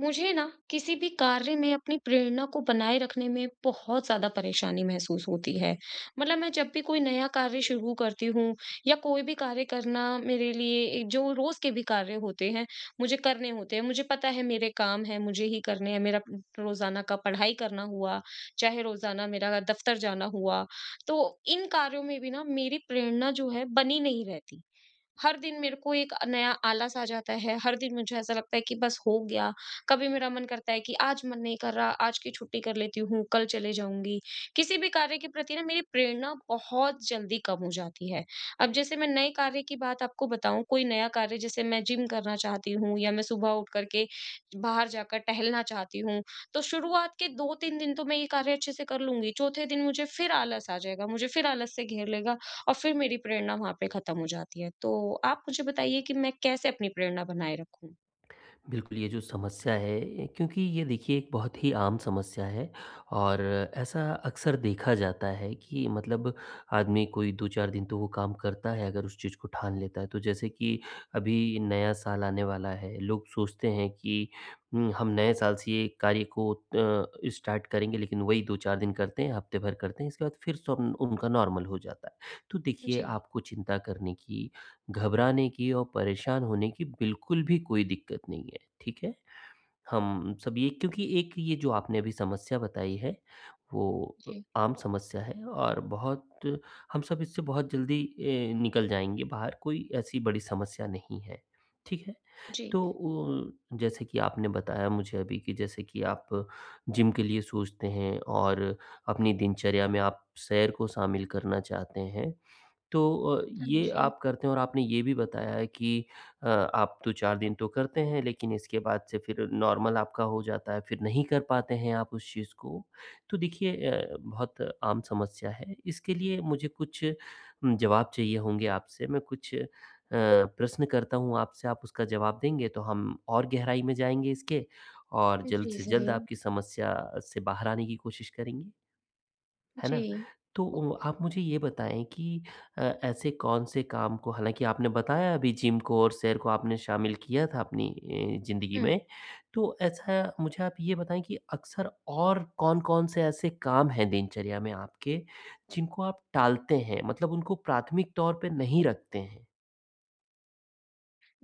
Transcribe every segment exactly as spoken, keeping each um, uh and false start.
मुझे ना किसी भी कार्य में अपनी प्रेरणा को बनाए रखने में बहुत ज्यादा परेशानी महसूस होती है। मतलब मैं जब भी कोई नया कार्य शुरू करती हूँ या कोई भी कार्य करना मेरे लिए एक- जो रोज के भी कार्य होते हैं, मुझे करने होते हैं, मुझे पता है मेरे काम है, मुझे ही करने हैं। मेरा रोजाना का पढ़ाई करना हुआ, चाहे रोजाना मेरा दफ्तर जाना हुआ, तो इन कार्यों में भी ना मेरी प्रेरणा जो है बनी नहीं रहती। हर दिन मेरे को एक नया आलस आ जाता है, हर दिन मुझे ऐसा लगता है कि बस हो गया। कभी मेरा मन करता है कि आज मन नहीं कर रहा, आज की छुट्टी कर लेती हूँ, कल चले जाऊँगी। किसी भी कार्य के प्रति ना मेरी प्रेरणा बहुत जल्दी कम हो जाती है। अब जैसे मैं नए कार्य की बात आपको बताऊँ, कोई नया कार्य जैसे मैं जिम करना चाहती हूँ या मैं सुबह उठ कर के बाहर जाकर टहलना चाहती हूँ, तो शुरुआत के दो तीन दिन तो मैं ये कार्य अच्छे से कर लूँगी, चौथे दिन मुझे फिर आलस आ जाएगा, मुझे फिर आलस से घेर लेगा और फिर मेरी प्रेरणा वहाँ पे खत्म हो जाती है। तो आप मुझे बताइए कि मैं कैसे अपनी प्रेरणा बनाए रखूँ? बिल्कुल, ये जो समस्या है क्योंकि ये देखिए एक बहुत ही आम समस्या है और ऐसा अक्सर देखा जाता है कि मतलब आदमी कोई दो चार दिन तो वो काम करता है अगर उस चीज़ को ठान लेता है। तो जैसे कि अभी नया साल आने वाला है, लोग सोचते हैं कि उम, हम नए साल से ये कार्य को अ, स्टार्ट करेंगे लेकिन वही दो चार दिन करते हैं, हफ्ते भर करते हैं, इसके बाद फिर सब उनका नॉर्मल हो जाता है। तो देखिए जी, आपको चिंता करने की, घबराने की और परेशान होने की बिल्कुल भी कोई दिक्कत नहीं है। ठीक है? हम सब ये क्योंकि एक ये जो आपने अभी समस्या बताई है, वो अ, जी। आम समस्या है और बहुत हम सब इससे बहुत जल्दी ए, निकल जाएँगे बाहर, कोई ऐसी बड़ी समस्या नहीं है, ठीक है? जी। तो अ, जैसे कि आपने बताया मुझे अभी कि जैसे कि आप जिम के लिए सोचते हैं और अपनी दिनचर्या में आप सैर को शामिल करना चाहते हैं। तो अ, हाँ ये जी। आप करते हैं और आपने ये भी बताया है कि अ, आप दो चार दिन तो करते हैं, लेकिन इसके बाद से फिर नॉर्मल आपका हो जाता है, फिर नहीं कर पाते हैं आप उस चीज़ को। तो देखिए अ, बहुत आम समस्या है। इसके लिए मुझे कुछ उम, जवाब चाहिए होंगे आपसे। मैं कुछ अ, प्रश्न करता हूँ आपसे, आप उसका जवाब देंगे तो हम और गहराई में जाएँगे इसके और जल्द जी, से जल्द ज़रूर। आपकी समस्या से बाहर आने की कोशिश करेंगे। है ना? जी। तो ओ आप मुझे ये बताएँ कि अ, ऐसे कौन से काम को हालाँकि आपने बताया अभी जिम को और सैर को आपने शामिल किया था अपनी ए, ज़िंदगी हुँ। में। तो ऐसा मुझे आप ये बताएँ कि अक्सर और कौन-कौन से ऐसे काम हैं दिनचर्या में आपके, जिनको आप टालते हैं? मतलब उनको प्राथमिक तौर पे नहीं रखते हैं?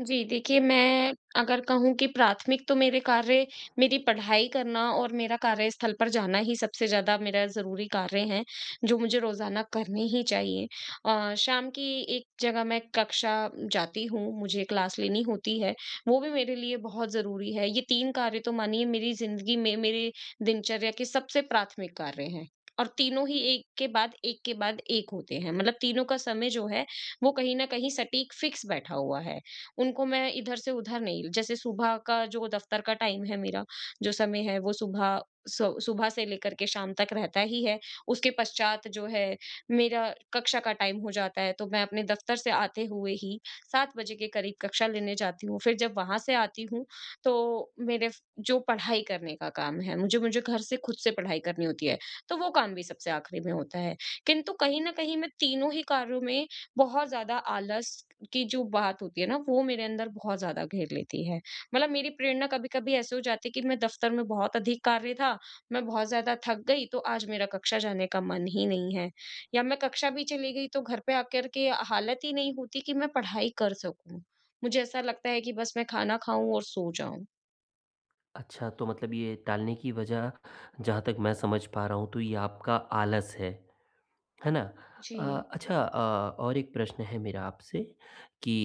जी, देखिए मैं अगर कहूँ कि प्राथमिक तो मेरे कार्य, मेरी पढ़ाई करना और मेरा कार्यस्थल पर जाना ही सबसे ज़्यादा मेरा ज़रूरी कार्य है, जो मुझे रोज़ाना करने ही चाहिए। अ, शाम की एक जगह मैं कक्षा जाती हूँ, मुझे क्लास लेनी होती है, वो भी मेरे लिए बहुत ज़रूरी है। ये तीन कार्य तो मानिए मेरी ज़िंदगी में मेरे दिनचर्या के सबसे प्राथमिक कार्य हैं और तीनों ही एक के बाद एक के बाद एक होते हैं। मतलब तीनों का समय जो है, वो कहीं न कहीं सटीक फ़िक्स बैठा हुआ है। उनको मैं इधर से उधर नहीं, जैसे सुबह का जो दफ्तर का टाइम है मेरा, जो समय है वो सुबह सु सुबह से लेकर के शाम तक रहता ही है। उसके पश्चात जो है मेरा कक्षा का टाइम हो जाता है, तो मैं अपने दफ्तर से आते हुए ही सात बजे के करीब कक्षा लेने जाती हूँ। फिर जब वहाँ से आती हूँ, तो मेरे फ जो पढ़ाई करने का काम है, मुझे मुझे घर से खुद से पढ़ाई करनी होती है, तो वो काम भी सबसे आखिरी में होता है। किंतु कहीं न कहीं मैं तीनों ही कार्यों में बहुत ज़्यादा आलस की जो बात होती है ना, वो मेरे अंदर बहुत ज़्यादा घेर लेती है। मतलब मेरी प्रेरणा कभी-कभी ऐसे हो जाती है कि मैं दफ्तर में बहुत अधिक कार्य था, मैं बहुत ज़्यादा थक गई, तो आज मेरा कक्षा जाने का मन ही नहीं है। या मैं कक्षा भी चली गई तो घर पे आकर के हालत ही नहीं होती कि मैं पढ़ाई कर सकूँ। मुझे ऐसा लगता है कि बस मैं खाना खाऊँ और सो जाऊँ। अच्छा, तो मतलब ये टालने की वजह जहाँ तक मैं समझ पा रहा हूँ तो ये आपका आलस है। है ना? जी, अ, जी। अच्छा अ, और एक प्रश्न है मेरा आपसे कि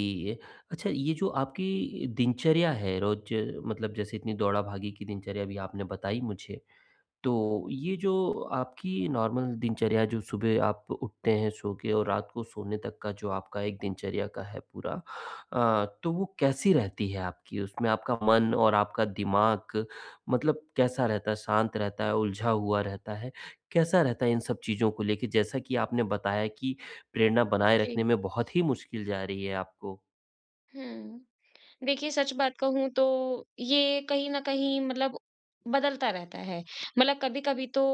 अच्छा ये जो आपकी दिनचर्या है रोज़ मतलब जैसे इतनी दौड़ा-भागी की दिनचर्या अभी आपने बताई मुझे। तो ये जो आपकी नॉर्मल दिनचर्या जो सुबह आप उठते हैं सो के और रात को सोने तक का जो आपका एक दिनचर्या का है पूरा अ, तो वो कैसी रहती है आपकी? उसमें आपका मन और आपका दिमाग मतलब कैसा रहता है? शांत रहता है, उलझा हुआ रहता है? कैसा रहता है इन सब चीज़ों को लेके जैसा कि आपने बताया कि प्रेरणा बनाए रखने जी। में बहुत ही मुश्किल जा रही है आपको? हुँ। देखिए सच बात कहूँ तो ये कहीं न कहीं मतलब बदलता रहता है। मतलब कभी-कभी तो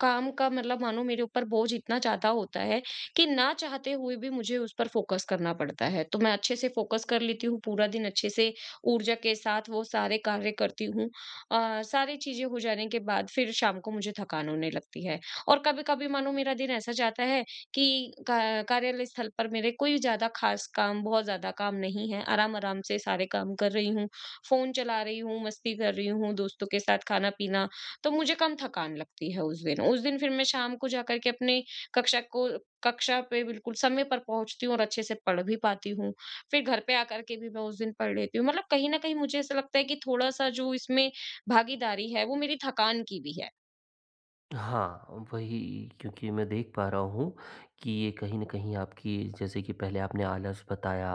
काम का मतलब मानो मेरे ऊपर बोझ इतना ज़्यादा होता है कि ना चाहते हुए भी मुझे उस पर फ़ोकस करना पड़ता है। तो मैं अच्छे से फ़ोकस कर लेती हूँ, पूरा दिन अच्छे से ऊर्जा के साथ वो सारे कार्य करती हूँ। अ, सारी चीज़ें हो जाने के बाद फिर शाम को मुझे थकान होने लगती है और कभी-कभी मानो मेरा दिन ऐसा जाता है कि का कार्यालय स्थल पर मेरे कोई ज़्यादा ख़ास काम, बहुत ज़्यादा काम नहीं है, आराम-आराम से सारे काम कर रही हूँ, फ़ोन चला रही हूँ, मस्ती कर रही हूँ, दोस्तों के साथ खाना-पीना, तो मुझे कम थकान लगती है उस दिन। उस दिन फिर मैं शाम को जाकर के अपने कक्षा को कक्षा पे बिल्कुल समय पर पहुँचती हूँ और अच्छे से पढ़ भी पाती हूँ। फिर घर पे आकर के भी मैं उस दिन पढ़ लेती हूँ। मतलब कहीं न कहीं मुझे ऐसा लगता है कि थोड़ा-सा जो इसमें भागीदारी है, वो मेरी थकान की भी है। हाँ, वही क्योंकि मैं देख पा रहा हूँ कि ये कहीं न कहीं आपकी जैसे कि पहले आपने आलस बताया,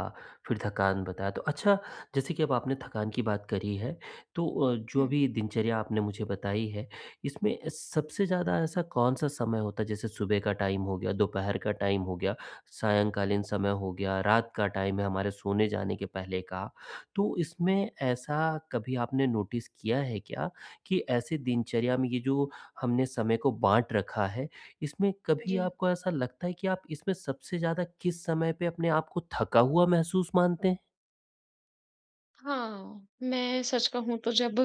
फिर थकान बताया। तो अच्छा जैसे कि अब आपने थकान की बात करी है, तो अ, जो हुँ, अभी दिनचर्या आपने मुझे बताई है, इसमें सबसे ज़्यादा ऐसा कौन-सा समय होता है? जैसे सुबह का टाइम हो गया, दोपहर का टाइम हो गया, सायंकालीन समय हो गया, रात का टाइम है हमारे सोने जाने के पहले का। तो इसमें ऐसा कभी आपने नोटिस किया है क्या कि ऐसे दिनचर्या में ये जो हमने समय को बाँट रखा है। इसमें कभी जी। आपको ऐसा लगता है कि आप इसमें सबसे ज़्यादा किस समय पे अपने आप को थका हुआ महसूस मानते हैं? हाँ, मैं सच कहूँ तो जब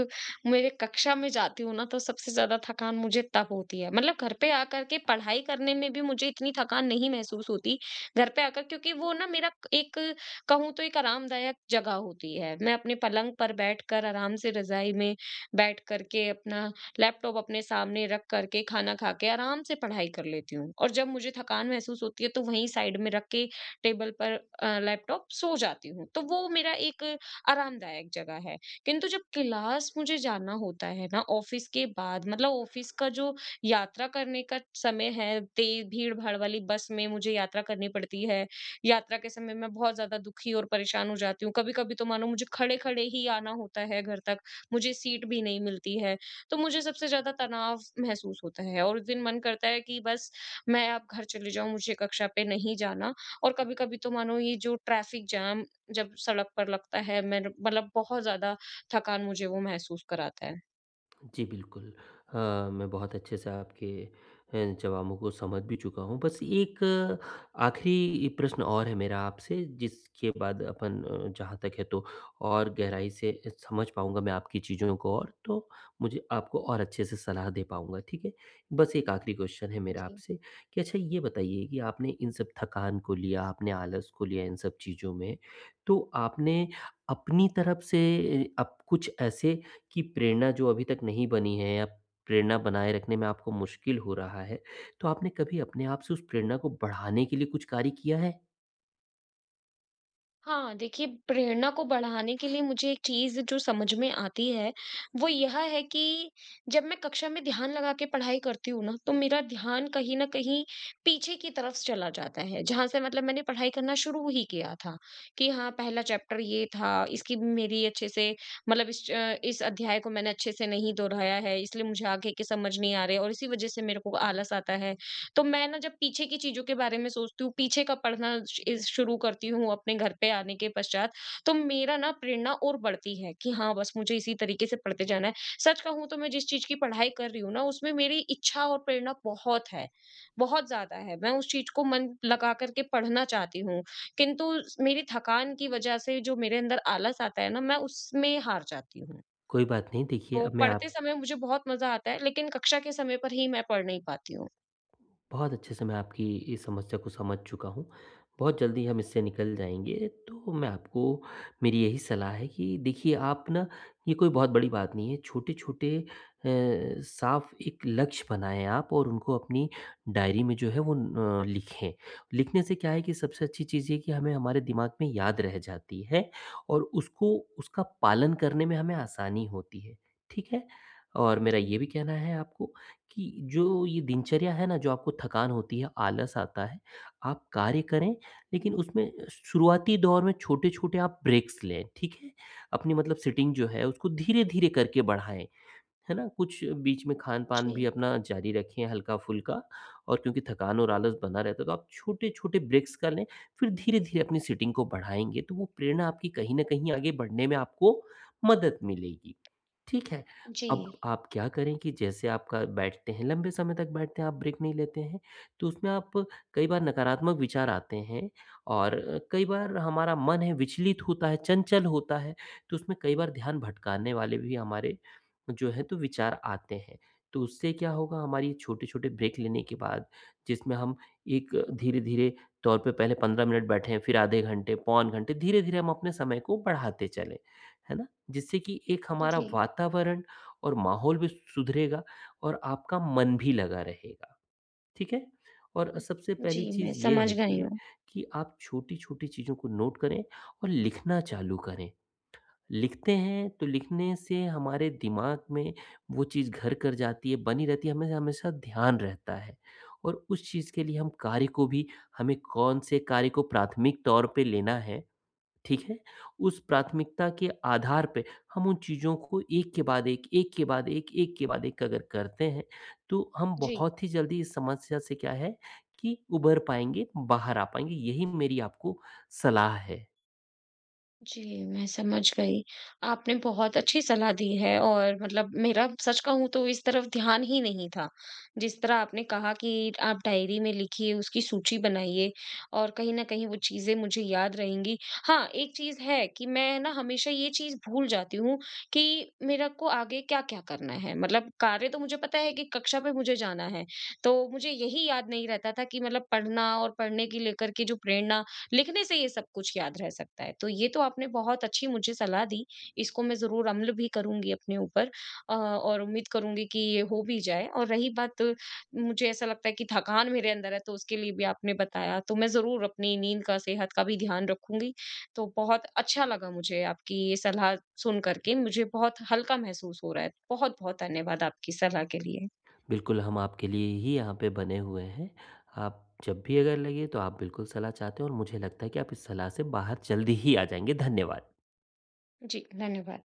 मेरे कक्षा में जाती हूँ ना, तो सबसे ज़्यादा थकान मुझे तब होती है। मतलब घर पे आकर के पढ़ाई करने में भी मुझे इतनी थकान नहीं महसूस होती। घर पे आकर क्योंकि वो ना मेरा एक, कहूँ तो एक आरामदायक जगह होती है। मैं अपने पलंग पर बैठकर आराम से रज़ाई में बैठ कर के अपना लैपटॉप अपने सामने रख कर के खाना खा के आराम से पढ़ाई कर लेती हूँ। और जब मुझे थकान महसूस होती है तो वहीं साइड में रख के टेबल पर अ, लैपटॉप सो जाती हूँ। तो वो मेरा एक आरामदायक जगह है, किंतु जब क्लास मुझे जाना होता है ना ऑफिस के बाद, मतलब ऑफिस का जो यात्रा करने का समय है, तेज भीड़ भाड़ वाली बस में मुझे यात्रा करनी पड़ती है। यात्रा के समय मैं बहुत ज्यादा दुखी और परेशान हो जाती हूँ, कभी कभी तो मानो मुझे खड़े खड़े ही आना होता है घर तक, मुझे सीट भी नहीं मिलती है, तो मुझे सबसे ज्यादा तनाव महसूस होता है और उस दिन मन करता है कि बस मैं अब घर चले जाऊं, मुझे कक्षा पे नहीं जाना। और कभी कभी तो मानो ये जो ट्रैफिक जाम जब सड़क पर लगता है मेरे, मतलब बहुत ज़्यादा थकान मुझे वो महसूस कराता है। जी, बिल्कुल। अ, मैं बहुत अच्छे से आपके अ, जवाबों को समझ भी चुका हूँ। बस एक अ, आखिरी प्रश्न और है मेरा आपसे, जिसके बाद अपन अ, जहाँ तक है तो और गहराई से समझ पाऊँगा मैं आपकी चीज़ों को और तो मुझे आपको और अच्छे से सलाह दे पाऊँगा, ठीक है? बस एक आखिरी क्वेश्चन है मेरा जी। आपसे कि अच्छा ये बताइए कि आपने इन सब थकान को लिया, आपने आलस को लिया इन सब चीज़ों में, तो आपने अपनी तरफ से अ, अब कुछ ऐसे की प्रेरणा जो अभी तक नहीं बनी है या प्रेरणा बनाए रखने में आपको मुश्किल हो रहा है, तो आपने कभी अपने आप से उस प्रेरणा को बढ़ाने के लिए कुछ कार्य किया है? हाँ, देखिए प्रेरणा को बढ़ाने के लिए मुझे एक चीज़ जो समझ में आती है, वो यह है कि जब मैं कक्षा में ध्यान लगा के पढ़ाई करती हूँ ना, तो मेरा ध्यान कहीं न कहीं पीछे की तरफ चला जाता है, जहाँ से मतलब मैंने पढ़ाई करना शुरू ही किया था, कि हाँ, पहला चैप्टर ये था, इसकी मेरी अच्छे से, मतलब इस अ, इस अध्याय को मैंने अच्छे से नहीं दोहराया है, इसलिए मुझे आगे के समझ नहीं आ रहे और इसी वज़ह से मेरे को आलस आता है। तो मैं ना जब पीछे की चीज़ों के बारे में सोचती हूँ, पीछे का पढ़ना श इस शुरू करती हूँ अपने घर पे आने के पश्चात, तो मेरा ना प्रेरणा और बढ़ती है कि हाँ, बस मुझे इसी तरीके से पढ़ते जाना है। सच कहूँ तो मैं जिस चीज़ की पढ़ाई कर रही हूँ ना, उसमें मेरी इच्छा और प्रेरणा बहुत है, बहुत ज़्यादा है। मैं उस चीज़ को मन लगा कर के पढ़ना चाहती हूँ, किंतु स मेरी थकान की वजह से जो मेरे अंदर आलस आता है ना, मैं उसमें हार जाती हूँ। कोई बात नहीं देखिए तो अब मैं पढ़ते आप समय मुझे बहुत मज़ा आता है, लेकिन कक्षा के समय पर ही मैं पढ़ नहीं पाती हूँ। बहुत अच्छे से मैं आपकी इस समस्या को समझ चुका हूँ। बहुत जल्दी हम इससे निकल जाएँगे। तो मैं आपको मेरी यही सलाह है कि देखिए आप ना ये कोई बहुत बड़ी बात नहीं है। छोटे-छोटे अ, साफ़ एक लक्ष्य बनाएँ आप और उनको अपनी डायरी में जो है वो अ, लिखें। लिखने से क्या है कि सबसे अच्छी चीज़ ये है कि हमें हमारे दिमाग में याद रह जाती है और उसको उसका पालन करने में हमें आसानी होती है। ठीक है? और मेरा जी, ये भी कहना है आपको कि जो ये दिनचर्या है ना, जो आपको थकान होती है, आलस आता है, आप कार्य करें, लेकिन उसमें शुरुआती दौर में छोटे-छोटे आप ब्रेक्स लें, ठीक है? अपनी मतलब सिटिंग जो है, उसको धीरे-धीरे करके बढ़ाएँ। है ना? कुछ बीच में खान-पान भी जी। अपना जारी रखें हल्का-फुल्का और क्योंकि थकान और आलस बना रहता है, तो आप छोटे-छोटे ब्रेक्स कर लें, फिर धीरे-धीरे अपनी सीटिंग को बढ़ाएँगे, तो वो प्रेरणा आपकी कहीं न कहीं आगे बढ़ने में आपको मदद मिलेगी। ठीक है? जी, अब आप क्या करें कि जैसे आपका बैठते हैं, लंबे समय तक बैठते हैं, आप ब्रेक नहीं लेते हैं, तो उसमें आप कई बार नकारात्मक विचार आते हैं और कई बार हमारा मन है विचलित होता है, चंचल होता है, तो उसमें कई बार ध्यान भटकाने वाले भी हमारे जो है तो विचार आते हैं। तो उससे क्या होगा हमारी छोटे-छोटे ब्रेक लेने के बाद जिसमें हम एक धीरे-धीरे तौर पे पहले पंद्रह मिनट बैठें, फिर आधे घंटे, पौन घंटे, धीरे-धीरे हम अपने समय को बढ़ाते चलें, है ना? जिससे कि एक हमारा जी, वातावरण और माहौल भी सुधरेगा और आपका मन भी लगा रहेगा, ठीक है? और सबसे जी, पहली मैं चीज़ ये समझ है गई कि हूँ। कि आप छोटी-छोटी चीज़ों को नोट करें और लिखना चालू करें। लिखते हैं तो लिखने से हमारे दिमाग में वो चीज़ घर कर जाती है, बनी रहती है, हमें हमेशा ध्यान रहता है और उस चीज़ के लिए हम कार्य को भी हमें कौन से कार्य को प्राथमिक तौर पे लेना है, ठीक है? उस प्राथमिकता के आधार पे हम उन चीज़ों को एक के बाद एक, एक के बाद एक, एक के बाद एक अगर करते हैं, तो हम जी। बहुत ही जल्दी इस समस्या से क्या है कि उभर पाएँगे, बाहर आ पाएँगे। यही मेरी आपको सलाह है। जी, मैं समझ गई। आपने बहुत अच्छी सलाह दी है, और मतलब मेरा सच कहूँ तो इस तरफ ध्यान ही नहीं था। जिस तरह आपने कहा कि आप डायरी में लिखिए, उसकी सूची बनाइए और कहीं न कहीं वो चीज़ें मुझे याद रहेंगी। हाँ, एक चीज़ है कि मैं ना हमेशा ये चीज़ भूल जाती हूँ कि मेरा को आगे क्या-क्या करना है। मतलब कार्य तो मुझे पता है कि कक्षा पे मुझे जाना है, तो मुझे यही याद नहीं रहता था कि मतलब पढ़ना और पढ़ने की लेकर के जो प्रेरणा, लिखने से ये सब कुछ याद रह सकता है। तो ये तो आपने बहुत अच्छी मुझे सलाह दी, इसको मैं ज़रूर अम्ल भी करूँगी अपने ऊपर, अ, और उम्मीद करूँगी कि ये हो भी जाए, और रही बात अ, मुझे ऐसा लगता है कि थकान मेरे अंदर है, तो उसके लिए भी आपने बताया, तो मैं ज़रूर अपनी नींद का, सेहत का भी ध्यान रखूँगी। तो बहुत अच्छा लगा मुझे आपकी ये सलाह सुन कर के, मुझे बहुत हल्का महसूस हो रहा है। बहुत-बहुत धन्यवाद आपकी सलाह के लिए। बिल्कुल, हम आपके लिए ही यहाँ पे बने हुए हैं। आप जब भी अगर लगे तो आप बिल्कुल सलाह चाहते हो और मुझे लगता है कि आप इस सलाह से बाहर जल्दी ही आ जाएँगे। धन्यवाद। जी, धन्यवाद।